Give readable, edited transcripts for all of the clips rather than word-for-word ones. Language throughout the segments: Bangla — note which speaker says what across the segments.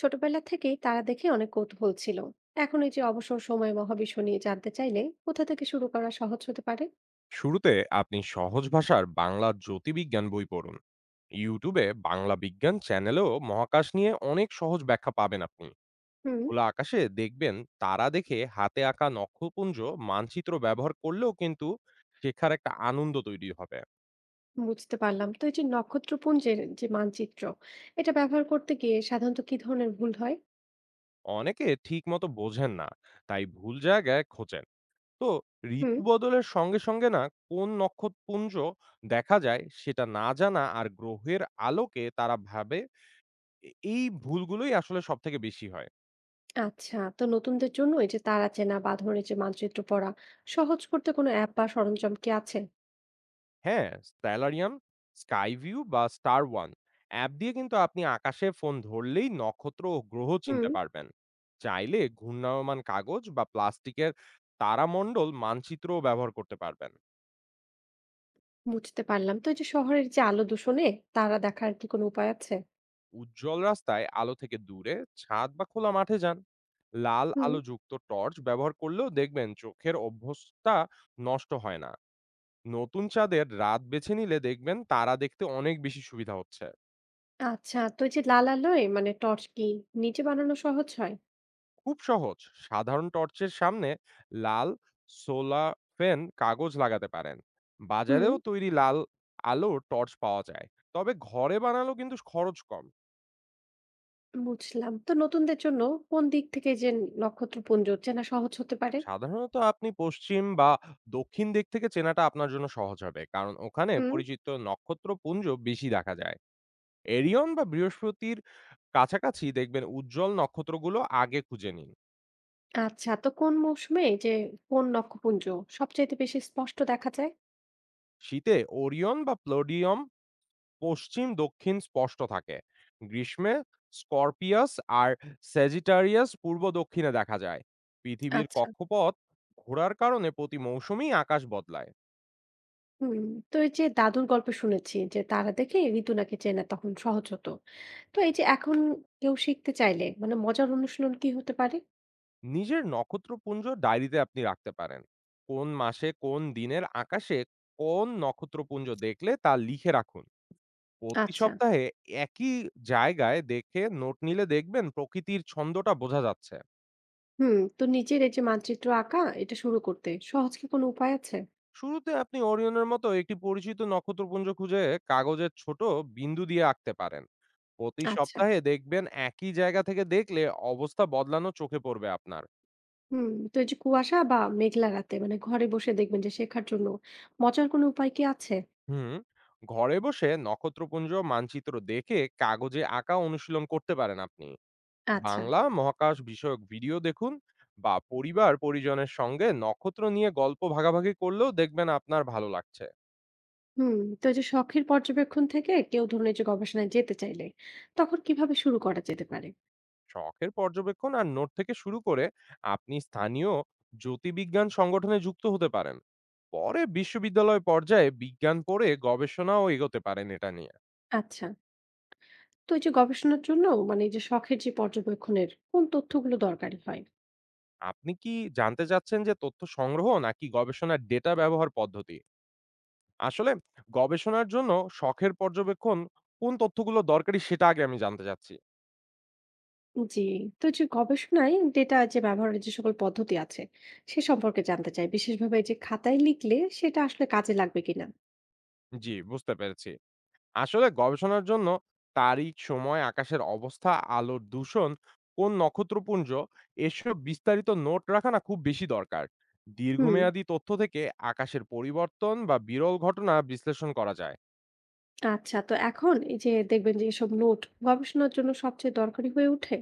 Speaker 1: ছোটবেলা থেকেই তারা দেখে অনেক কৌতূহল ছিল। এখন এই যে অবসর সময়ে মহাবিশ্ব নিয়ে জানতে চাইলে কোথা থেকে শুরু করা সহজ হতে পারে?
Speaker 2: শুরুতে আপনি সহজ ভাষার বাংলা জ্যোতির্বিজ্ঞান বই পড়ুন। ইউটিউবে বাংলা বিজ্ঞান চ্যানেলেও মহাকাশ নিয়ে অনেক সহজ ব্যাখ্যা পাবেন আপনি।
Speaker 1: হুম।
Speaker 2: খোলা আকাশে দেখবেন তারা দেখে হাতে আঁকা নক্ষপুঞ্জ মানচিত্র ব্যবহার করলেও কিন্তু শেখার একটা আনন্দ তৈরি হবে।
Speaker 1: বুঝতে পারলাম। তো এই যে নক্ষত্রপুঞ্জের যে মানচিত্র, এটা ব্যবহার করতে গিয়ে সাধারণত কি ধরনের ভুল হয়?
Speaker 2: অনেকে ঠিক মতো বোঝেন না, তাই ভুল জায়গায় খোঁজেন। তো
Speaker 1: হুম।
Speaker 2: ঋতু বদলের সঙ্গে সঙ্গে না কোন নক্ষত্রপুঞ্জ দেখা যায় সেটা না জানা আর গ্রহের আলোকে তারা ভাবে, এই ভুলগুলোই আসলে সবথেকে বেশি হয়।
Speaker 1: আচ্ছা, তো নতুনদের জন্য এই যে তারা চেনা বা ধরনের যে মানচিত্র পড়া সহজ করতে কোনো অ্যাপ বা সরঞ্জাম কি আছে?
Speaker 2: হ্যাঁ? স্টেলারিয়াম, স্কাইভিউ বা স্টার ওয়ান অ্যাপ দিয়ে কিন্তু আপনি আকাশে ফোন ধরলেই নক্ষত্র ও গ্রহ
Speaker 1: হুম।
Speaker 2: চিনতে পারবেন। চাইলে ঘূর্ণায়মান কাগজ বা প্লাস্টিকের তারামণ্ডল মানচিত্রও ব্যবহার করতে পারবেন।
Speaker 1: বুঝতে পারলাম। তো এই যে শহরের যে আলো দূষণে তারা দেখার কি কোনো উপায় আছে?
Speaker 2: উজ্জ্বল রাস্তায় আলো থেকে দূরে ছাদ বা খোলা মাঠে যান। লাল
Speaker 1: হুম।
Speaker 2: আলোযুক্ত টর্চ ব্যবহার করলেও দেখবেন চোখের অভ্যাসটা নষ্ট হয় না। নতুন চাঁদের রাত বেছে নিলে দেখবেন তারা দেখতে অনেক বেশি সুবিধা হচ্ছে।
Speaker 1: আচ্ছা, তো এই যে লাল আলোয় মানে টর্চ কি নিজে বানানো সহজ হয়?
Speaker 2: খুব সহজ। সাধারণ টর্চের সামনে লাল সোলাফেন কাগজ লাগাতে পারেন।
Speaker 1: হুম,
Speaker 2: বাজারেও তৈরি লাল আলো টর্চ পাওয়া যায়, তবে ঘরে বানালো কিন্তু খরচ কম।
Speaker 1: বুঝলাম। তো নতুনদের জন্য কোন দিক থেকে যে নক্ষত্রপুঞ্জ চেনা সহজ হতে পারে?
Speaker 2: সাধারণত আপনি পশ্চিম বা দক্ষিণ দিক থেকে চেনাটা আপনার জন্য সহজ হবে, কারণ ওখানে
Speaker 1: হুম।
Speaker 2: পরিচিত নক্ষত্রপুঞ্জ বেশি দেখা যায়। এরিয়ন বা বৃহস্পতির কাছাকাছি দেখবেন উজ্জ্বল নক্ষত্রগুলো আগে খুঁজে নিন।
Speaker 1: আচ্ছা, তো কোন মৌসুমে যে কোন নক্ষপুঞ্জ সবচাইতে বেশি স্পষ্ট দেখা যায়?
Speaker 2: শীতে ওরিয়ন বা প্লোডিয়াম পশ্চিম দক্ষিণ স্পষ্ট থাকে। গ্রীষ্মে স্করপিয়াস আর স্যাজিটারিয়াস পূর্ব দক্ষিণে দেখা যায়। পৃথিবীর
Speaker 1: আচ্ছা।
Speaker 2: কক্ষপথ ঘোরার কারণে প্রতি মৌসুমেই আকাশ বদলায়।
Speaker 1: হুম। তো এই যে দাদুর গল্প শুনেছি যে তারা দেখে ঋতু নাকি চেনা তখন সহজ হতো। তো এই যে এখন কেউ শিখতে চাইলে মানে মজার অনুশীলন কি হতে পারে?
Speaker 2: নিজের নক্ষত্রপুঞ্জ ডায়েরিতে আপনি রাখতে পারেন। কোন মাসে কোন দিনের আকাশে কোন নক্ষত্রপুঞ্জ দেখলে তা লিখে রাখুন। প্রতি
Speaker 1: আচ্ছা।
Speaker 2: সপ্তাহে একই জায়গায় দেখে নোট নিলে দেখবেন প্রকৃতির ছন্দটা বোঝা যাচ্ছে।
Speaker 1: হুম। তো নিজের এই যে মানচিত্র আঁকা এটা শুরু করতে সহজ কি কোনো উপায় আছে?
Speaker 2: শুরুতে আপনি ওরিয়নের মতো একটি পরিচিত নক্ষত্রপুঞ্জ খুঁজে কাগজের ছোট বিন্দু দিয়ে আঁকতে পারেন। প্রতি
Speaker 1: আচ্ছা।
Speaker 2: সপ্তাহে দেখবেন একই জায়গা থেকে দেখলে অবস্থা বদলানো চোখে পড়বে আপনার।
Speaker 1: হুম, তো এই যে কুয়াশা বা মেঘলা রাতে মানে ঘরে বসে দেখবেন যে শেখার জন্য মজার কোনো উপায় কি আছে?
Speaker 2: হুম। ঘরে বসে নক্ষত্রপুঞ্জ মানচিত্র দেখে কাগজে আঁকা অনুশীলন করতে পারেন আপনি।
Speaker 1: আচ্ছা।
Speaker 2: বাংলা মহাকাশ বিষয়ক ভিডিও দেখুন বা পরিবার পরিজনের সঙ্গে নক্ষত্র নিয়ে গল্প ভাগাভাগি করলেও দেখবেন আপনার ভালো লাগছে।
Speaker 1: হুম, তো এই যে শখের পর্যবেক্ষণ থেকে কেউ ধরুন এই যে গবেষণায় যেতে চাইলে তখন কিভাবে শুরু করা যেতে পারে?
Speaker 2: শখের পর্যবেক্ষণ আর নোট থেকে শুরু করে আপনি স্থানীয় জ্যোতির্বিজ্ঞান সংগঠনে যুক্ত হতে পারেন। পরে বিশ্ববিদ্যালয় পর্যায়ে বিজ্ঞান পড়ে গবেষণাও এগোতে পারেন এটা নিয়ে।
Speaker 1: আচ্ছা, তো এই যে গবেষণার জন্য মানে এই যে শখের যে পর্যবেক্ষণের কোন তথ্যগুলো দরকারি হয়?
Speaker 2: আপনি কি জানতে চাচ্ছেন যে তথ্য সংগ্রহ নাকি গবেষণার ডেটা ব্যবহার পদ্ধতি? আসলে গবেষণার জন্য শখের পর্যবেক্ষণ কোন তথ্যগুলো দরকারি সেটা আগে আমি জানতে চাচ্ছি।
Speaker 1: জি, তো এই যে গবেষণায় ডেটা যে ব্যবহারের যে সকল পদ্ধতি আছে সে সম্পর্কে জানতে চাই, বিশেষভাবে এই যে খাতায় লিখলে সেটা আসলে কাজে লাগবে কিনা।
Speaker 2: জি, বুঝতে পেরেছি। আসলে গবেষণার জন্য তারিখ, সময়, আকাশের অবস্থা, আলোর দূষণ, কোন নক্ষত্রপুঞ্জ, এসব বিস্তারিত নোট রাখা না খুব বেশি দরকার।
Speaker 1: হুম।
Speaker 2: দীর্ঘমেয়াদী তথ্য থেকে আকাশের পরিবর্তন বা বিরল ঘটনা বিশ্লেষণ করা যায়।
Speaker 1: আচ্ছা, তো এখন এই যে দেখবেন যে এসব নোট গবেষণার জন্য সবচেয়ে দরকারি হয়ে ওঠে।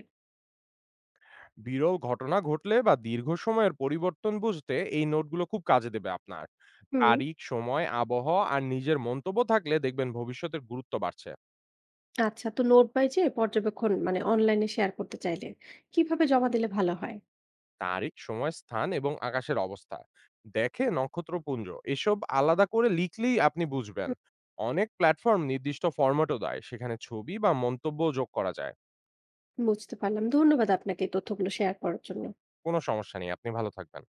Speaker 2: বিরল ঘটনা ঘটলে বা দীর্ঘ সময়ের পরিবর্তন বুঝতে এই নোটগুলো খুব কাজে দেবে আপনার।
Speaker 1: হুম।
Speaker 2: তারিখ, সময়, আবহাওয়া আর নিজের মন্তব্য থাকলে দেখবেন ভবিষ্যতের গুরুত্ব বাড়ছে।
Speaker 1: আচ্ছা, তো নোট বাই যে পর্যবেক্ষণ মানে অনলাইনে শেয়ার করতে চাইলে কিভাবে জমা দিলে ভালো হয়?
Speaker 2: তারিখ, সময়, স্থান এবং আকাশের অবস্থা দেখে নক্ষত্রপুঞ্জ, এসব আলাদা করে লিখলেই আপনি বুঝবেন।
Speaker 1: হুম,
Speaker 2: অনেক প্ল্যাটফর্ম নির্দিষ্ট ফরম্যাটও দেয়। সেখানে ছবি বা মন্তব্য যোগ করা যায়।
Speaker 1: বুঝতে পারলাম। ধন্যবাদ আপনাকে এই তথ্যগুলো শেয়ার করার জন্য।
Speaker 2: কোনো সমস্যা নেই। আপনি ভালো থাকবেন।